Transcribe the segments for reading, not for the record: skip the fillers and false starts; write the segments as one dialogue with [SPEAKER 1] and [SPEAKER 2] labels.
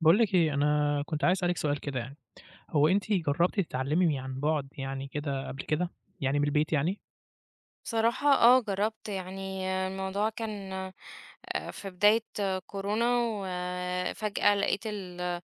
[SPEAKER 1] باقول لِك إيه، أنا كنت عايز أسألِك سؤال كده يعني، هو أنتِ جرّبتِ تتعلّمي عن بُعد يعني كده قبل كده؟ يعني من البيت يعني؟
[SPEAKER 2] بصراحة جرّبت، يعني الموضوع كان في بداية، كورونا، وفجأة لقيت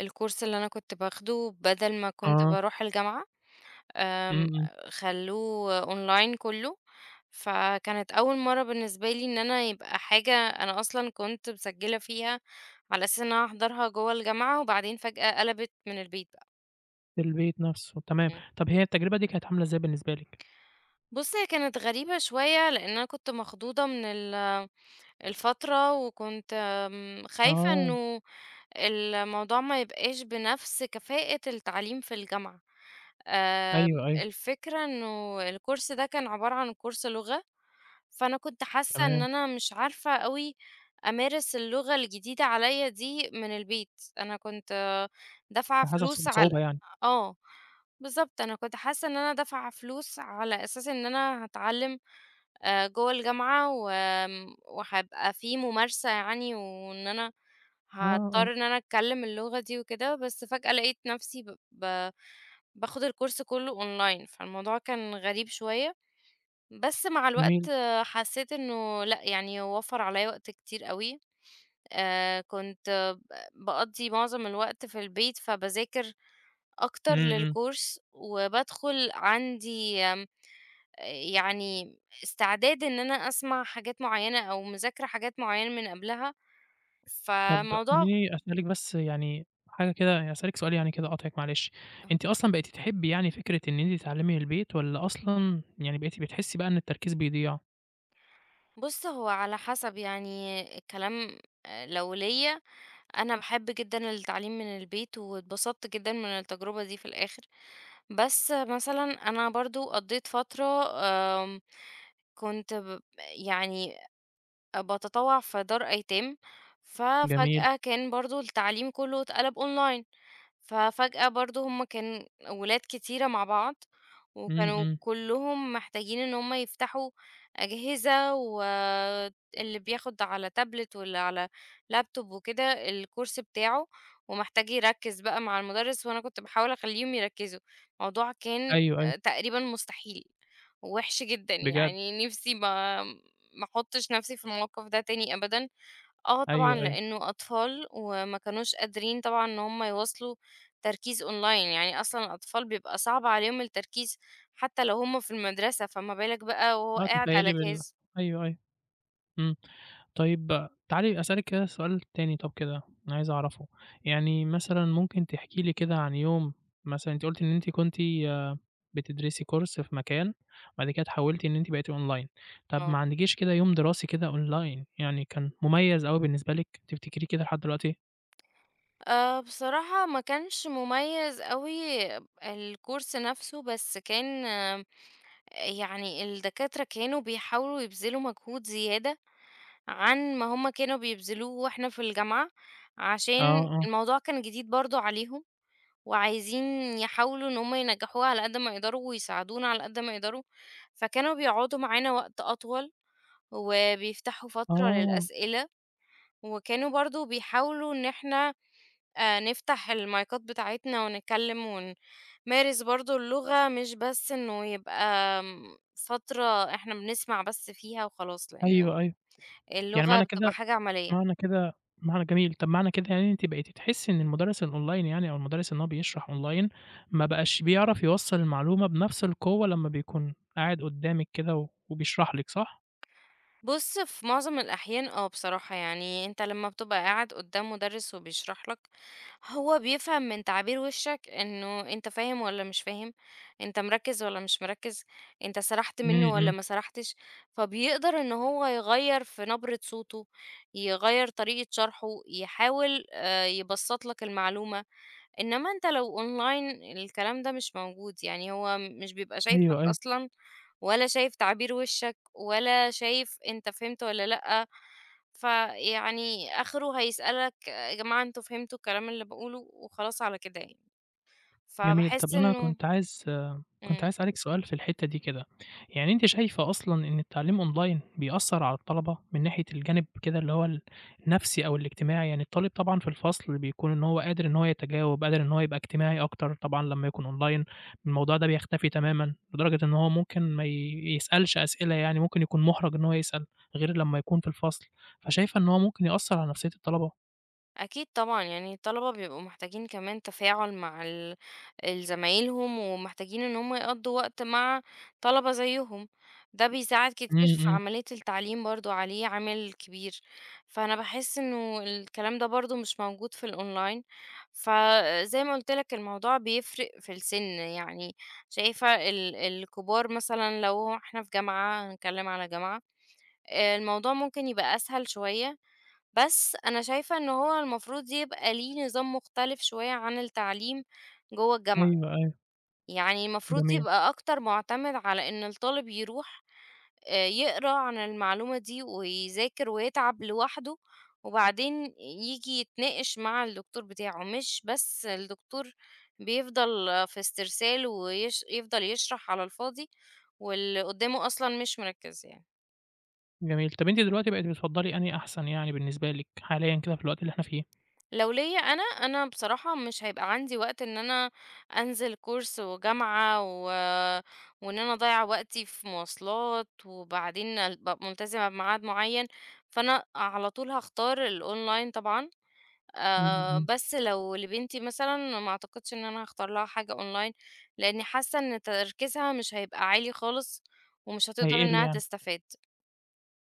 [SPEAKER 2] الcourse اللي أنا كنت باخده بدل ما كنت
[SPEAKER 1] آه،
[SPEAKER 2] باروح الجامعة،
[SPEAKER 1] إمم،
[SPEAKER 2] آمم
[SPEAKER 1] إمم،
[SPEAKER 2] خلّوه online كُلّه، فكانت أول مرّة بالنسبة لي إن أنا يبقى حاجة أنا أصلًا كنت مسجّلة فيها على أساس إن أنا هاحضرها جوّه الجامعة، وبعدين فجأة قلبت من البيت بقى.
[SPEAKER 1] في البيت نَفْسه تمام،
[SPEAKER 2] إمم.
[SPEAKER 1] طَب هي التجربة دي كانت عاملة إزاي بالنسبة لِك؟
[SPEAKER 2] بُص، هي كانت غريبة شوية لإن أنا كنت مخضوضة من الفترة، وكنت خايفة
[SPEAKER 1] آه،
[SPEAKER 2] إنه الموضوع ما يبقاش بنفس كفاءة التعليم في الجامعة.
[SPEAKER 1] أيوه، أيوه،
[SPEAKER 2] الفكرة إنه الكورس ده كان عبارة عن كورس لغة، فأنا كنت حاسة إن
[SPEAKER 1] تمام،
[SPEAKER 2] أنا مش عارفة أوي أمارس اللغة الجديدة عليا دي من البيت. أنا كنت دافعة
[SPEAKER 1] فحاسة
[SPEAKER 2] فلوس على،
[SPEAKER 1] بصعوبة يعني،
[SPEAKER 2] آه بالضبط، أنا كنت حاسة إن أنا دافعة فلوس على أساس إن أنا هاتعلم جوه الجامعة، و... وهبقى في ممارسة يعني، وإن أنا
[SPEAKER 1] آه، آه،
[SPEAKER 2] هضطر إن أنا أتكلم اللغة دي وكده، بس فجأة لقيت نفسي باخد الكورس كله أونلاين، فالموضوع كان غريب شوية. بس مع
[SPEAKER 1] جميل،
[SPEAKER 2] الوقت حسيت إنه لأ، يعني وفّر عليّا وقت كتير أوي. كنت باقضّي معظم الوقت في البيت، فباذاكر أكتر
[SPEAKER 1] إمم، إمم،
[SPEAKER 2] للcourse وبادخل عندي يعني استعداد إن أنا أسمع حاجات معيّنة أو مذاكرة حاجات معيّنة من قبلها.
[SPEAKER 1] طَب
[SPEAKER 2] فالموضوع،
[SPEAKER 1] خلّيني أسألِك بس يعني حاجة كده يعني أسألِك سؤال يعني كده أقاطعِك معلش، أنتِ أصلًا بقيتِ تحبّي يعني فكرة إن أنتِ تتعلّمي من البيت والّا أصلًا يعني بقيتِ بتحسّي بقى إن التركيز بيضيع؟
[SPEAKER 2] بُص، هو على حسب يعني الكلام. لو ليّا، أنا باحب جدًا التعليم من البيت واتبسطت جدًا من التجربة دي في الآخر. بس مثلًا أنا برضه قضّيت فترة، آمم، كنت يعني باتطوّع في دار أيتام،
[SPEAKER 1] جميل،
[SPEAKER 2] ففجأة كان برضه التعليم كلّه اتقلب online. ففجأة برضه هُم كان ولاد كتيرة مع بعض،
[SPEAKER 1] إمم،
[SPEAKER 2] وكانوا
[SPEAKER 1] إمم،
[SPEAKER 2] كلّهم محتاجين إن هُم يفتحوا أجهزة، واللي بياخد على تابلت واللي على لابتوب وكده الكورس بتاعه، ومحتاج يركّز بقى مع المُدرس، وأنا كنت باحاول أخلّيهم يركّزوا. الموضوع كان
[SPEAKER 1] أيوه، أيوه.
[SPEAKER 2] تقريبًا مستحيل، وِحِش جدًا،
[SPEAKER 1] بجد!
[SPEAKER 2] يعني نِفْسي ما أحُطّش نَفْسي في الموقف ده تاني أبدًا. آه،
[SPEAKER 1] أيوه،
[SPEAKER 2] طبعًا،
[SPEAKER 1] أيوه.
[SPEAKER 2] لإنه أطفال وما كانوش قادرين طبعًا إن هم يواصلوا تركيز online. يعني أصلًا الأطفال بيبقى صعب عليهم التركيز حتى لو هم في المدرسة، فما بالك بقى وهو
[SPEAKER 1] آه،
[SPEAKER 2] قاعد
[SPEAKER 1] تخيّلي
[SPEAKER 2] على جهاز
[SPEAKER 1] أيوه، أيوه. إمم. طيب تعالي أسألِك كده سؤال تاني طَب كده أنا عايز أعرفه، يعني مثلًا ممكن تحكي لي كده عن يوم مثلًا أنتِ قُلتِ إن أنتِ كنتِ آه، بتدرسي course في مكان، بعد كده اتحوّلتِ إن أنتِ بقيتِ online، طَب
[SPEAKER 2] آه.
[SPEAKER 1] ما عندكيش كده يوم دراسي كده online يعني كان مميّز أوي بالنسبة لِك تفتكريه كده لحد دلوقتي؟
[SPEAKER 2] بصراحة ما كانش مميز أوي الcourse نفسه، بس كان يعني الدكاترة كانوا بيحاولوا يبذلوا مجهود زيادة عن ما هم كانوا بيبذلوه وإحنا في الجامعة،
[SPEAKER 1] آه،
[SPEAKER 2] عشان
[SPEAKER 1] آه.
[SPEAKER 2] الموضوع كان جديد برضه عليهم. وعايزين يحاولوا إن هم ينجحوها على قد ما يقدروا ويساعدونا على قد ما يقدروا، فكانوا بيقعدوا معانا وقت أطول وبيفتحوا فترة
[SPEAKER 1] آه،
[SPEAKER 2] للأسئلة، وكانوا برضو بيحاولوا إن احنا نفتح المايكات بتاعتنا ونتكلم ونمارس برضو اللغة، مش بس إنه يبقى فترة احنا بنسمع بس فيها وخلاص،
[SPEAKER 1] أيوه،
[SPEAKER 2] لأنه
[SPEAKER 1] أيوه. يعني
[SPEAKER 2] اللغة
[SPEAKER 1] معنى
[SPEAKER 2] بتبقى
[SPEAKER 1] كده
[SPEAKER 2] حاجة عملية.
[SPEAKER 1] معنى كده معنى جميل، طب معنى كده يعني أنتِ بقيتِ تحسّي إن المدرس الonline يعني أو المدرس إن هو بيشرح online ما بقاش بيعرف يوصّل المعلومة بنفس القوة لمّا بيكون قاعد قدّامِك كده و وبيشرح لِك صح؟
[SPEAKER 2] بُص، في معظم الأحيان بصراحة، يعني أنت لمّا بتبقى قاعد قدّام مُدرِّس وبيشرح لك، هو بيفهم من تعابير وشّك إنه أنت فاهم والّا مش فاهم، أنت مركِّز والّا مش مركِّز، أنت سَرحت
[SPEAKER 1] إمم،
[SPEAKER 2] منّه والّا
[SPEAKER 1] إمم،
[SPEAKER 2] ما سَرحتش، فبيقدر إن هو يغيّر في نبرة صوته، يغيّر طريقة شرحه، يحاول يبسّط لك المعلومة. إنما أنت لو online الكلام ده مش موجود، يعني هو مش بيبقى شايفك
[SPEAKER 1] أيوه، أيوه،
[SPEAKER 2] أصلًا، ولا شايف تعابير وشّك، ولا شايف أنت فهمت والّا لأ، فيعني آخره هيسألك يا جماعة أنتم فهمتوا الكلام اللي باقوله وخلاص على كده يعني،
[SPEAKER 1] جميل. طب
[SPEAKER 2] فباحس
[SPEAKER 1] أنا
[SPEAKER 2] إنه
[SPEAKER 1] كنت عايز كنت
[SPEAKER 2] إمم.
[SPEAKER 1] عايز أسألِك سؤال في الحتّة دي كده، يعني أنتِ شايفة أصلًا إن التعليم أونلاين بيأثّر على الطلبة من ناحية الجانب كده اللي هو النفسي أو الاجتماعي؟ يعني الطالب طبعًا في الفصل بيكون إن هو قادر إن هو يتجاوب، قادر إن هو يبقى اجتماعي أكتر، طبعًا لمّا يكون أونلاين الموضوع ده بيختفي تمامًا، لدرجة إن هو ممكن ما يسألش أسئلة يعني ممكن يكون مُحرَج إن هو يسأل، غير لمّا يكون في الفصل، فشايفة إن هو ممكن يأثّر على نفسية الطلبة؟
[SPEAKER 2] أكيد طبعًا، يعني الطلبة بيبقوا محتاجين كمان تفاعل مع زمايلهم، ومحتاجين إن هم يقضّوا وقت مع طلبة زيّهم، ده بيساعد
[SPEAKER 1] إمم،
[SPEAKER 2] كتير في
[SPEAKER 1] إمم،
[SPEAKER 2] عملية التعليم برضه، عليه عامل كبير. فأنا باحس إنه الكلام ده برضه مش موجود في الأونلاين، فزي ما قُلت لك الموضوع بيفرق في السِن، يعني شايفة الكبار مثلًا، لو إحنا في جامعة، هنتكلم على جامعة، الموضوع ممكن يبقى أسهل شوية. بس أنا شايفة إن هو المفروض يبقى ليه نظام مختلف شوية عن التعليم جوه الجامعة،
[SPEAKER 1] أيوه، أيوه،
[SPEAKER 2] يعني المفروض
[SPEAKER 1] جميل.
[SPEAKER 2] يبقى أكتر مُعتمد على إن الطالب يروح يقرا عن المعلومة دي ويذاكر ويتعب لوحده، وبعدين ييجي يتناقش مع الدكتور بتاعه، مش بس الدكتور بيفضل في استرسال ويش يفضل يشرح على الفاضي، واللي قدّامه أصلًا مش مركّز يعني.
[SPEAKER 1] جميل. طب أنتِ دلوقتي بقيتِ بتفضّلي أنهي أحسن يعني بالنسبة لك حاليًا كده في الوقت اللي إحنا فيه؟
[SPEAKER 2] لو ليا أنا، أنا بصراحة مش هيبقى عندي وقت إن أنا أنزل كورس وجامعة، وإن أنا أضيّع وقتي في مواصلات، وبعدين أبقى ملتزمة بميعاد معيّن، فأنا على طول هاختار الأونلاين طبعًا.
[SPEAKER 1] إمم، إمم.
[SPEAKER 2] بس لو لبنتي مثلًا ما أعتقدش إن أنا هاختار لها حاجة أونلاين، لإني حاسة إن تركيزها مش هيبقى عالي خالص، ومش هتقدر
[SPEAKER 1] هيقِل
[SPEAKER 2] إنها
[SPEAKER 1] يعني.
[SPEAKER 2] تستفاد.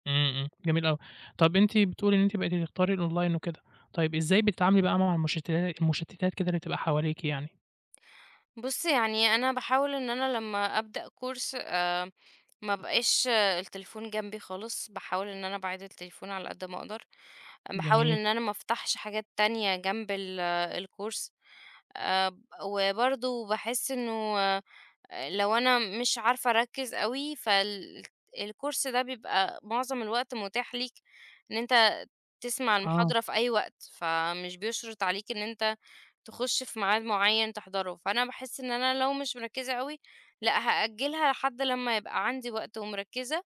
[SPEAKER 1] إمم، إمم. جميل أوي. طب أنتِ بتقولي إن أنتِ بقيتِ تختاري الأونلاين وكده، طيب إزاي بتتعاملي بقى مع المشتتات كده اللي بتبقى حواليكِ يعني؟
[SPEAKER 2] بُص، يعني أنا باحاول إن أنا لمّا أبدأ كورس ما بقاش التليفون جنبي خالص، باحاول إن أنا أبعِّد التليفون على قد ما أقدر، باحاول
[SPEAKER 1] جميل.
[SPEAKER 2] إن أنا ما أفتحش حاجات تانية جنب الcourse. آآ، وبرضه باحس إنه، لو أنا مش عارفة أركّز أوي الcourse ده، بيبقى معظم الوقت متاح ليك إن أنت تسمع
[SPEAKER 1] آه.
[SPEAKER 2] المحاضرة في أي وقت، فمش بيشرط عليك إن أنت تخش في ميعاد معيّن تحضره، فأنا باحس إن أنا لو مش مركّزة أوي لأ، هأجّلها لحد لمّا يبقى عندي وقت ومركّزة،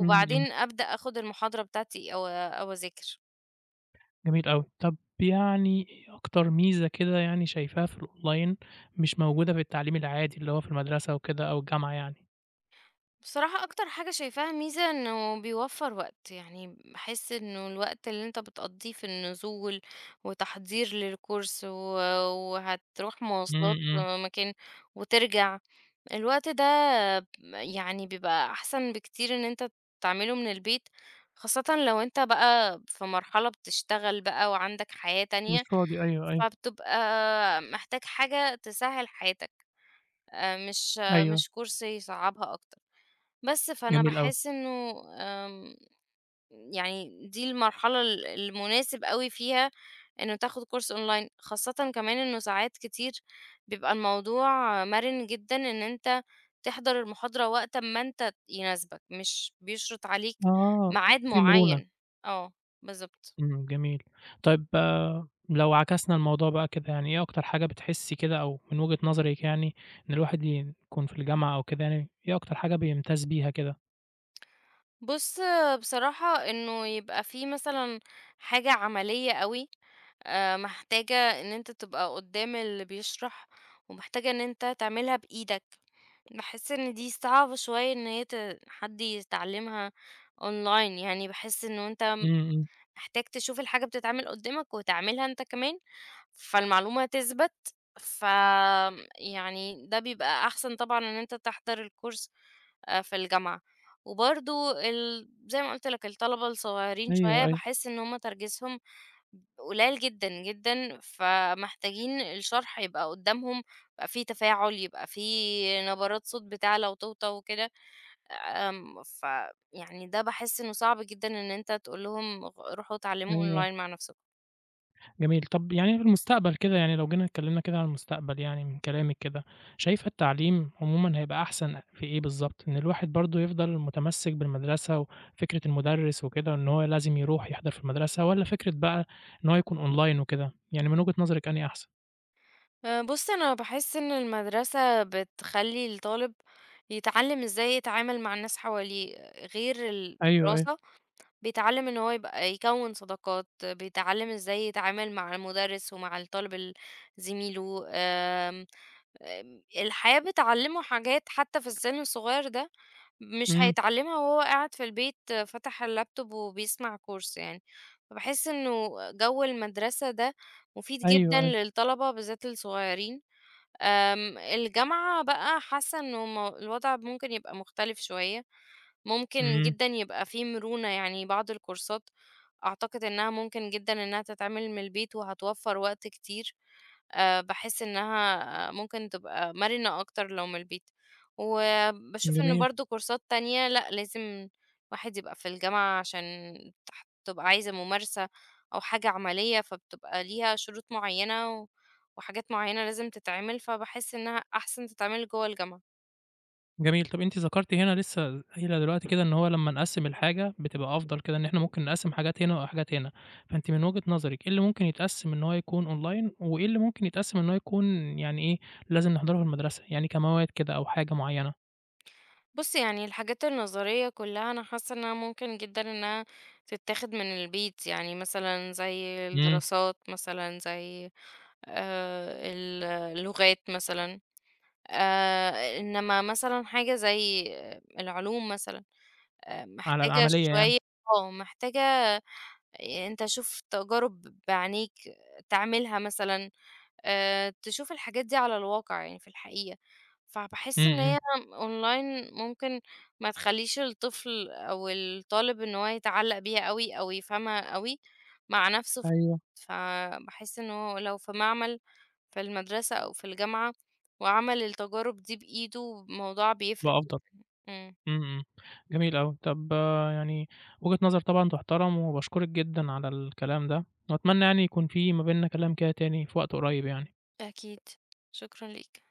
[SPEAKER 1] إمم، إمم.
[SPEAKER 2] أبدأ آخد المحاضرة بتاعتي أو أذاكر.
[SPEAKER 1] جميل أوي. طب يعني إيه أكتر ميزة كده يعني شايفاها في الأونلاين مش موجودة في التعليم العادي اللي هو في المدرسة وكده أو الجامعة يعني؟
[SPEAKER 2] بصراحة أكتر حاجة شايفاها ميزة إنه بيوفّر وقت، يعني باحس إنه الوقت اللي أنت بتقضّيه في النزول وتحضير للكورس، وهتروح
[SPEAKER 1] إمم،
[SPEAKER 2] مواصلات
[SPEAKER 1] إمم.
[SPEAKER 2] مكان وترجع، الوقت ده يعني بيبقى أحسن بكتير إن أنت تعمله من البيت، خاصةً لو أنت بقى في مرحلة بتشتغل بقى وعندك حياة
[SPEAKER 1] مش
[SPEAKER 2] تانية،
[SPEAKER 1] فاضي أيوه، أيوه.
[SPEAKER 2] فبتبقى محتاج حاجة تسهّل حياتك، مش،
[SPEAKER 1] أيوه.
[SPEAKER 2] مش كورس يصعّبها أكتر. بس، فأنا
[SPEAKER 1] جميل أوي.
[SPEAKER 2] باحس إنه يعني دي المرحلة المناسب أوي فيها إنه تاخد كورس أونلاين، خاصةً كمان إنه ساعات كتير بيبقى الموضوع مَرِن جدًا إن أنت تحضر المحاضرة وقت أمّا أنت يناسبك، مش بيشرط عليك
[SPEAKER 1] آه.
[SPEAKER 2] ميعاد
[SPEAKER 1] في مرونة.
[SPEAKER 2] معيّن. آه، بالضبط.
[SPEAKER 1] إمم، جميل. طيب آه، لو عكسنا الموضوع بقى كده، يعني إيه أكتر حاجة بتحسّي كده أو من وجهة نظرِك يعني إن الواحد يكون في الجامعة أو كده يعني، إيه أكتر حاجة بيمتاز بيها كده؟
[SPEAKER 2] بُص، بصراحة إنه يبقى في مثلًا حاجة عملية أوي، محتاجة إن أنت تبقى قدّام اللي بيشرح، ومحتاجة إن أنت تعملها بإيدك. باحس إن دي صعبة شوية إن هي حد يتعلمها online، يعني باحس إنه أنت
[SPEAKER 1] إمم، إمم.
[SPEAKER 2] محتاج تشوف الحاجة بتتعمل قدّامك وتعملها أنت كمان، فالمعلومة تثبت، ف آمم يعني ده بيبقى أحسن طبعًا إن أنت تحضر الكورس في الجامعة. وبرضه زي ما قُلت لك الطلبة الصغيرين
[SPEAKER 1] أيوه،
[SPEAKER 2] شوية
[SPEAKER 1] أيوه،
[SPEAKER 2] باحس إن هُم تركيزهم قليل جدًا، جدًا، فمحتاجين الشرح يبقى قدّامهم، يبقى في تفاعل، يبقى في نبرات صوت بتعلى وتوطى وكده، فيعني ده باحس إنه صعب جدًا إن أنت تقول لهم روحوا اتعلموا
[SPEAKER 1] أيوه.
[SPEAKER 2] أونلاين مع نفسكم.
[SPEAKER 1] جميل. طب يعني في المستقبل كده يعني لو جينا اتكلّمنا كده عن المستقبل يعني من كلامِك كده، شايفة التعليم عمومًا هيبقى أحسن في إيه بالضبط؟ إن الواحد برضه يفضل متمسِّك بالمدرسة وفكرة المُدرِّس وكده إن هو لازم يروح يحضر في المدرسة والّا فكرة بقى إن هو يكون أونلاين وكده؟ يعني من وجهة نظرِك أنهي أحسن؟
[SPEAKER 2] بُص، أنا باحس إن المدرسة بتخلّي الطالب يتعلم إزاي يتعامل مع الناس حواليه غير
[SPEAKER 1] أيوه، أيوه،
[SPEAKER 2] الدراسة، بيتعلّم إن هو يبقى يكوّن صداقات، بيتعلّم إزاي يتعامل مع المُدرِّس ومع الطالب زميله، آمم، آمم، الحياة بتعلّمه حاجات حتى في السِن الصغير ده مش
[SPEAKER 1] إمم،
[SPEAKER 2] هيتعلّمها وهو قاعد في البيت فاتح اللابتوب وبيسمع كورس يعني، فباحس إنه جو المدرسة ده مفيد
[SPEAKER 1] أيوه،
[SPEAKER 2] جدًا
[SPEAKER 1] أيوه،
[SPEAKER 2] للطلبة بالذات الصغيرين. الجامعة بقى حاسة إنه الوضع ممكن يبقى مختلف شوية، ممكن
[SPEAKER 1] إمم،
[SPEAKER 2] جدًا يبقى في مرونة، يعني بعض الكورسات أعتقد إنها ممكن جدًا إنها تتعمل من البيت وهتوفّر وقت كتير، باحس إنها ممكن تبقى مرنة أكتر لو من البيت، وباشوف إن
[SPEAKER 1] جميل،
[SPEAKER 2] برضه كورسات تانية لأ، لازم الواحد يبقى في الجامعة عشان تبقى عايزة ممارسة أو حاجة عملية، فبتبقى ليها شروط معيّنة، وحاجات معينة لازم تتعمل، فباحس إنها أحسن تتعمل جوه الجامعة.
[SPEAKER 1] جميل. طَب أنتِ ذكرتِ هنا لسه قايلة دلوقتي كده إن هو لمّا نقسّم الحاجة بتبقى أفضل كده، إن إحنا ممكن نقسّم حاجات هنا وحاجات هنا، فأنتِ من وجهة نظرِك إيه اللي ممكن يتقسّم إن هو يكون أونلاين، وإيه اللي ممكن يتقسّم إن هو يكون يعني إيه، لازم نحضره في المدرسة، يعني كمواد كده أو حاجة معيّنة؟
[SPEAKER 2] بُص يعني الحاجات النظرية كلها أنا حاسة إنها ممكن جدًا إنها تتاخد من البيت، يعني مثلًا زي
[SPEAKER 1] إمم،
[SPEAKER 2] الدراسات مثلًا، زي اللغات مثلًا، آآ إنما مثلًا حاجة زي العلوم مثلًا،
[SPEAKER 1] على
[SPEAKER 2] محتاجة
[SPEAKER 1] العملية يعني،
[SPEAKER 2] شوية، محتاجة أنت شوف تجارب بعينيك تعملها مثلًا، تشوف الحاجات دي على الواقع يعني في الحقيقة،
[SPEAKER 1] إمم،
[SPEAKER 2] فباحس إن
[SPEAKER 1] إمم،
[SPEAKER 2] هي أونلاين ممكن ما تخلّيش الطفل أو الطالب إن هو يتعلّق بيها أوي أو يفهمها أوي مع نَفْسه،
[SPEAKER 1] أيوه،
[SPEAKER 2] فباحس إن هو لو في معمل في المدرسة أو في الجامعة وعمل التجارب دي بإيده، الموضوع بيفرق.
[SPEAKER 1] تبقى أفضل.
[SPEAKER 2] إمم،
[SPEAKER 1] إمم، إمم، جميل أوي. طب يعني وجهة نظر طبعًا تُحترم، وباشكرِك جدًا على الكلام ده، وأتمنى يعني يكون في ما بيننا كلام كده تاني في وقت قريب يعني.
[SPEAKER 2] أكيد، شكرًا ليك.